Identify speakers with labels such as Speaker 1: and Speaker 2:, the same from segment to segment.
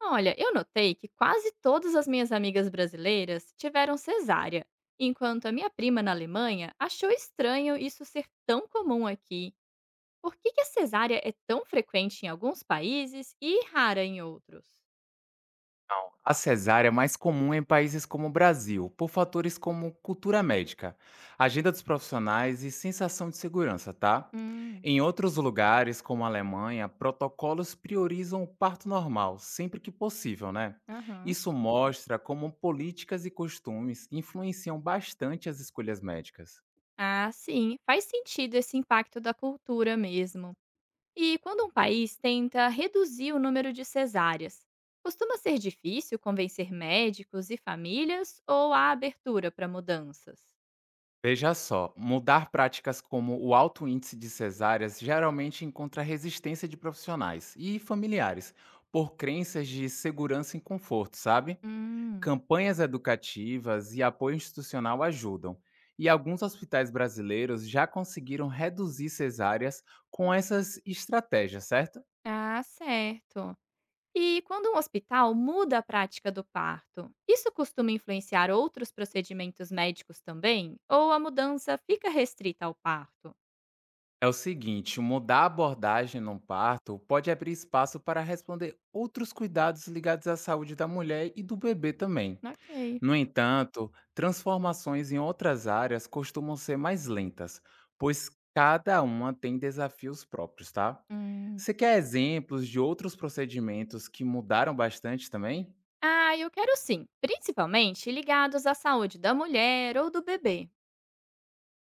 Speaker 1: Olha, eu notei que quase todas as minhas amigas brasileiras tiveram cesárea, enquanto a minha prima na Alemanha achou estranho isso ser tão comum aqui. Por que, que a cesárea é tão frequente em alguns países e rara em outros?
Speaker 2: A cesárea é mais comum em países como o Brasil, por fatores como cultura médica, agenda dos profissionais e sensação de segurança, tá?
Speaker 1: Hum,
Speaker 2: Em outros lugares, como a Alemanha, protocolos priorizam o parto normal, sempre que possível, né?
Speaker 1: aham.
Speaker 2: Isso mostra como políticas e costumes influenciam bastante as escolhas médicas.
Speaker 1: Ah, sim, faz sentido esse impacto da cultura mesmo. E quando um país tenta reduzir o número de cesáreas, costuma ser difícil convencer médicos e famílias ou há abertura para mudanças?
Speaker 2: Veja só, mudar práticas como o alto índice de cesáreas geralmente encontra resistência de profissionais e familiares por crenças de segurança e conforto, sabe?
Speaker 1: Hum.
Speaker 2: Campanhas educativas e apoio institucional ajudam, e alguns hospitais brasileiros já conseguiram reduzir cesáreas com essas estratégias, certo?
Speaker 1: Ah, certo. E quando um hospital muda a prática do parto, isso costuma influenciar outros procedimentos médicos também? Ou a mudança fica restrita ao parto?
Speaker 2: É o seguinte, mudar a abordagem num parto pode abrir espaço para responder outros cuidados ligados à saúde da mulher e do bebê também.
Speaker 1: Ok.
Speaker 2: No entanto, transformações em outras áreas costumam ser mais lentas, pois cada uma tem desafios próprios, tá?
Speaker 1: Hum.
Speaker 2: Você quer exemplos de outros procedimentos que mudaram bastante também?
Speaker 1: Ah, eu quero sim, principalmente ligados à saúde da mulher ou do bebê.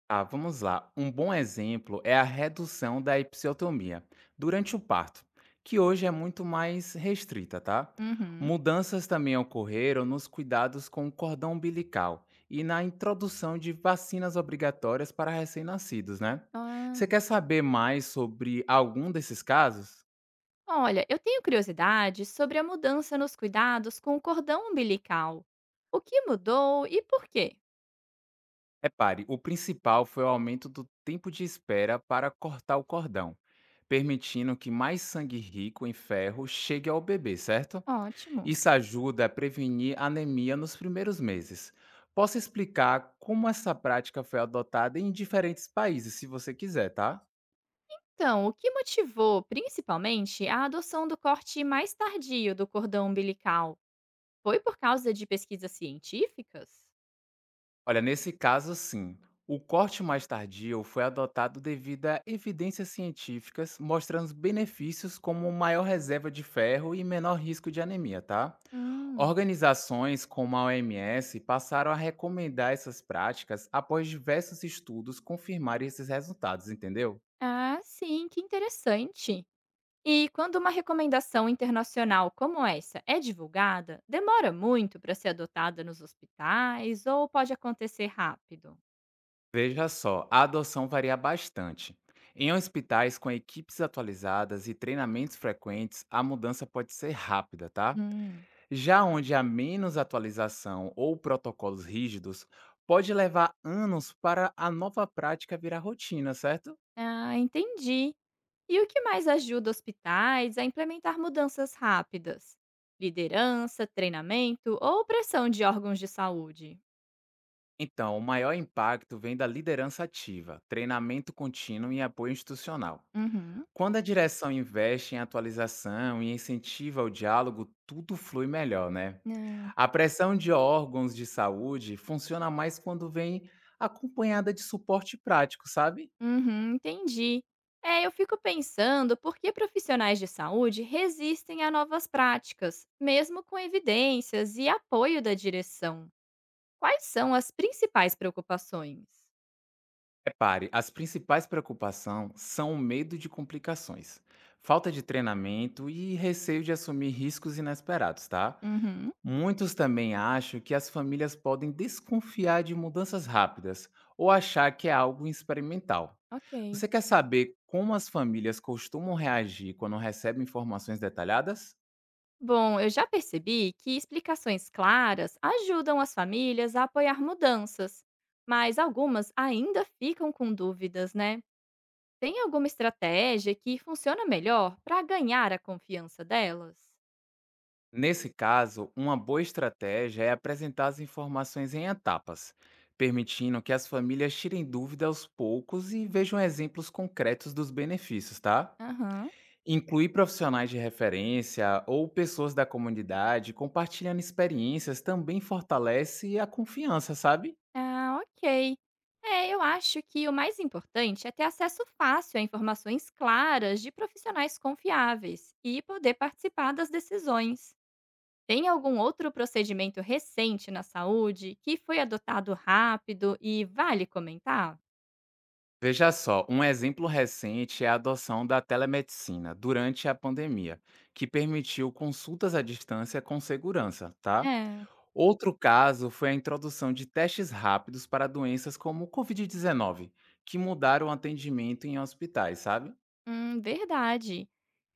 Speaker 2: Ah, vamos lá. Um bom exemplo é a redução da episiotomia durante o parto, que hoje é muito mais restrita, tá?
Speaker 1: Uhum.
Speaker 2: Mudanças também ocorreram nos cuidados com o cordão umbilical e na introdução de vacinas obrigatórias para recém-nascidos, né?
Speaker 1: Ah,
Speaker 2: Você quer saber mais sobre algum desses casos?
Speaker 1: olha, eu tenho curiosidade sobre a mudança nos cuidados com o cordão umbilical. O que mudou e por quê?
Speaker 2: Repare, o principal foi o aumento do tempo de espera para cortar o cordão, permitindo que mais sangue rico em ferro chegue ao bebê, certo?
Speaker 1: Ótimo.
Speaker 2: Isso ajuda a prevenir anemia nos primeiros meses. Posso explicar como essa prática foi adotada em diferentes países, se você quiser, tá?
Speaker 1: Então, o que motivou, principalmente, a adoção do corte mais tardio do cordão umbilical? Foi por causa de pesquisas científicas?
Speaker 2: Olha, nesse caso, sim. O corte mais tardio foi adotado devido a evidências científicas mostrando os benefícios como maior reserva de ferro e menor risco de anemia, tá?
Speaker 1: Hum,
Speaker 2: Organizações como a OMS passaram a recomendar essas práticas após diversos estudos confirmarem esses resultados, entendeu?
Speaker 1: ah, sim, que interessante. E quando uma recomendação internacional como essa é divulgada, demora muito para ser adotada nos hospitais ou pode acontecer rápido?
Speaker 2: Veja só, a adoção varia bastante. Em hospitais com equipes atualizadas e treinamentos frequentes, a mudança pode ser rápida, tá?
Speaker 1: Hum,
Speaker 2: Já onde há menos atualização ou protocolos rígidos, pode levar anos para a nova prática virar rotina, certo?
Speaker 1: ah, entendi. E o que mais ajuda hospitais a implementar mudanças rápidas? Liderança, treinamento ou pressão de órgãos de saúde?
Speaker 2: Então, o maior impacto vem da liderança ativa, treinamento contínuo e apoio institucional.
Speaker 1: Uhum.
Speaker 2: Quando a direção investe em atualização e incentiva o diálogo, tudo flui melhor, né?
Speaker 1: Não.
Speaker 2: A pressão de órgãos de saúde funciona mais quando vem acompanhada de suporte prático, sabe?
Speaker 1: Uhum, entendi. É, eu fico pensando por que profissionais de saúde resistem a novas práticas, mesmo com evidências e apoio da direção. Quais são as principais preocupações?
Speaker 2: Repare, as principais preocupações são o medo de complicações, falta de treinamento e receio de assumir riscos inesperados, tá?
Speaker 1: Uhum,
Speaker 2: Muitos também acham que as famílias podem desconfiar de mudanças rápidas ou achar que é algo experimental.
Speaker 1: ok.
Speaker 2: Você quer saber como as famílias costumam reagir quando recebem informações detalhadas?
Speaker 1: Bom, eu já percebi que explicações claras ajudam as famílias a apoiar mudanças, mas algumas ainda ficam com dúvidas, né? Tem alguma estratégia que funciona melhor para ganhar a confiança delas?
Speaker 2: Nesse caso, uma boa estratégia é apresentar as informações em etapas, permitindo que as famílias tirem dúvida aos poucos e vejam exemplos concretos dos benefícios, tá?
Speaker 1: Aham.
Speaker 2: Incluir profissionais de referência ou pessoas da comunidade compartilhando experiências também fortalece a confiança, sabe?
Speaker 1: Ah, ok. É, eu acho que o mais importante é ter acesso fácil a informações claras de profissionais confiáveis e poder participar das decisões. Tem algum outro procedimento recente na saúde que foi adotado rápido e vale comentar?
Speaker 2: Veja só, um exemplo recente é a adoção da telemedicina durante a pandemia, que permitiu consultas à distância com segurança, tá?
Speaker 1: É,
Speaker 2: Outro caso foi a introdução de testes rápidos para doenças como o Covid-19, que mudaram o atendimento em hospitais, sabe?
Speaker 1: verdade.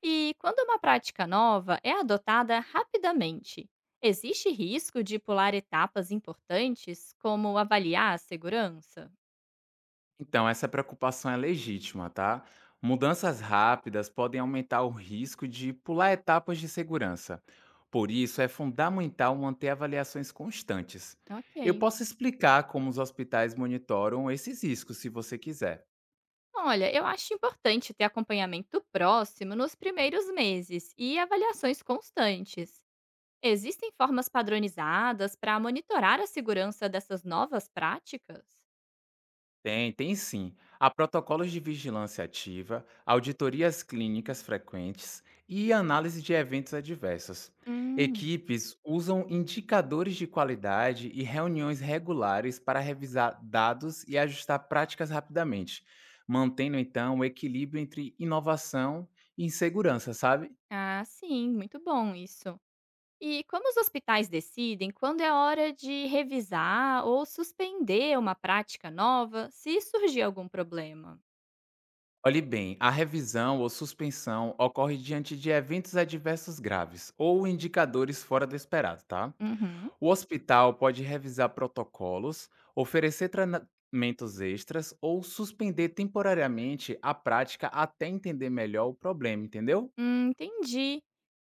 Speaker 1: E quando uma prática nova é adotada rapidamente, existe risco de pular etapas importantes, como avaliar a segurança?
Speaker 2: Então, essa preocupação é legítima, tá? Mudanças rápidas podem aumentar o risco de pular etapas de segurança. Por isso, é fundamental manter avaliações constantes. Eu
Speaker 1: Ok.
Speaker 2: posso explicar como os hospitais monitoram esses riscos, se você quiser.
Speaker 1: Olha, eu acho importante ter acompanhamento próximo nos primeiros meses e avaliações constantes. Existem formas padronizadas para monitorar a segurança dessas novas práticas?
Speaker 2: Tem sim. Há protocolos de vigilância ativa, auditorias clínicas frequentes e análise de eventos adversos.
Speaker 1: Hum,
Speaker 2: Equipes usam indicadores de qualidade e reuniões regulares para revisar dados e ajustar práticas rapidamente, mantendo então o equilíbrio entre inovação e segurança, sabe?
Speaker 1: Ah, sim, muito bom isso. E como os hospitais decidem quando é hora de revisar ou suspender uma prática nova se surgir algum problema?
Speaker 2: Olhe bem, a revisão ou suspensão ocorre diante de eventos adversos graves ou indicadores fora do esperado, tá?
Speaker 1: Uhum.
Speaker 2: O hospital pode revisar protocolos, oferecer tratamentos extras ou suspender temporariamente a prática até entender melhor o problema, entendeu?
Speaker 1: Entendi.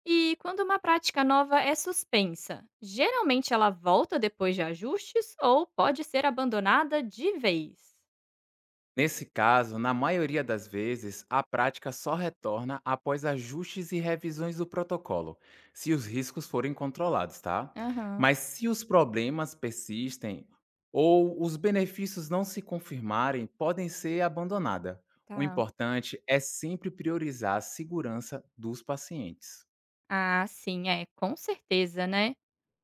Speaker 1: E quando uma prática nova é suspensa, geralmente ela volta depois de ajustes ou pode ser abandonada de vez?
Speaker 2: Nesse caso, na maioria das vezes, a prática só retorna após ajustes e revisões do protocolo, se os riscos forem controlados, tá?
Speaker 1: Aham,
Speaker 2: Mas se os problemas persistem ou os benefícios não se confirmarem, podem ser abandonada. O
Speaker 1: tá.
Speaker 2: importante é sempre priorizar a segurança dos pacientes.
Speaker 1: Ah, sim, é, com certeza, né?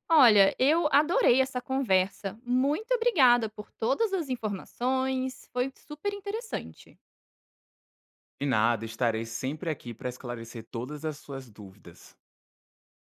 Speaker 1: Olha, eu adorei essa conversa. Muito obrigada por todas as informações, foi super interessante.
Speaker 2: E nada, estarei sempre aqui para esclarecer todas as suas dúvidas.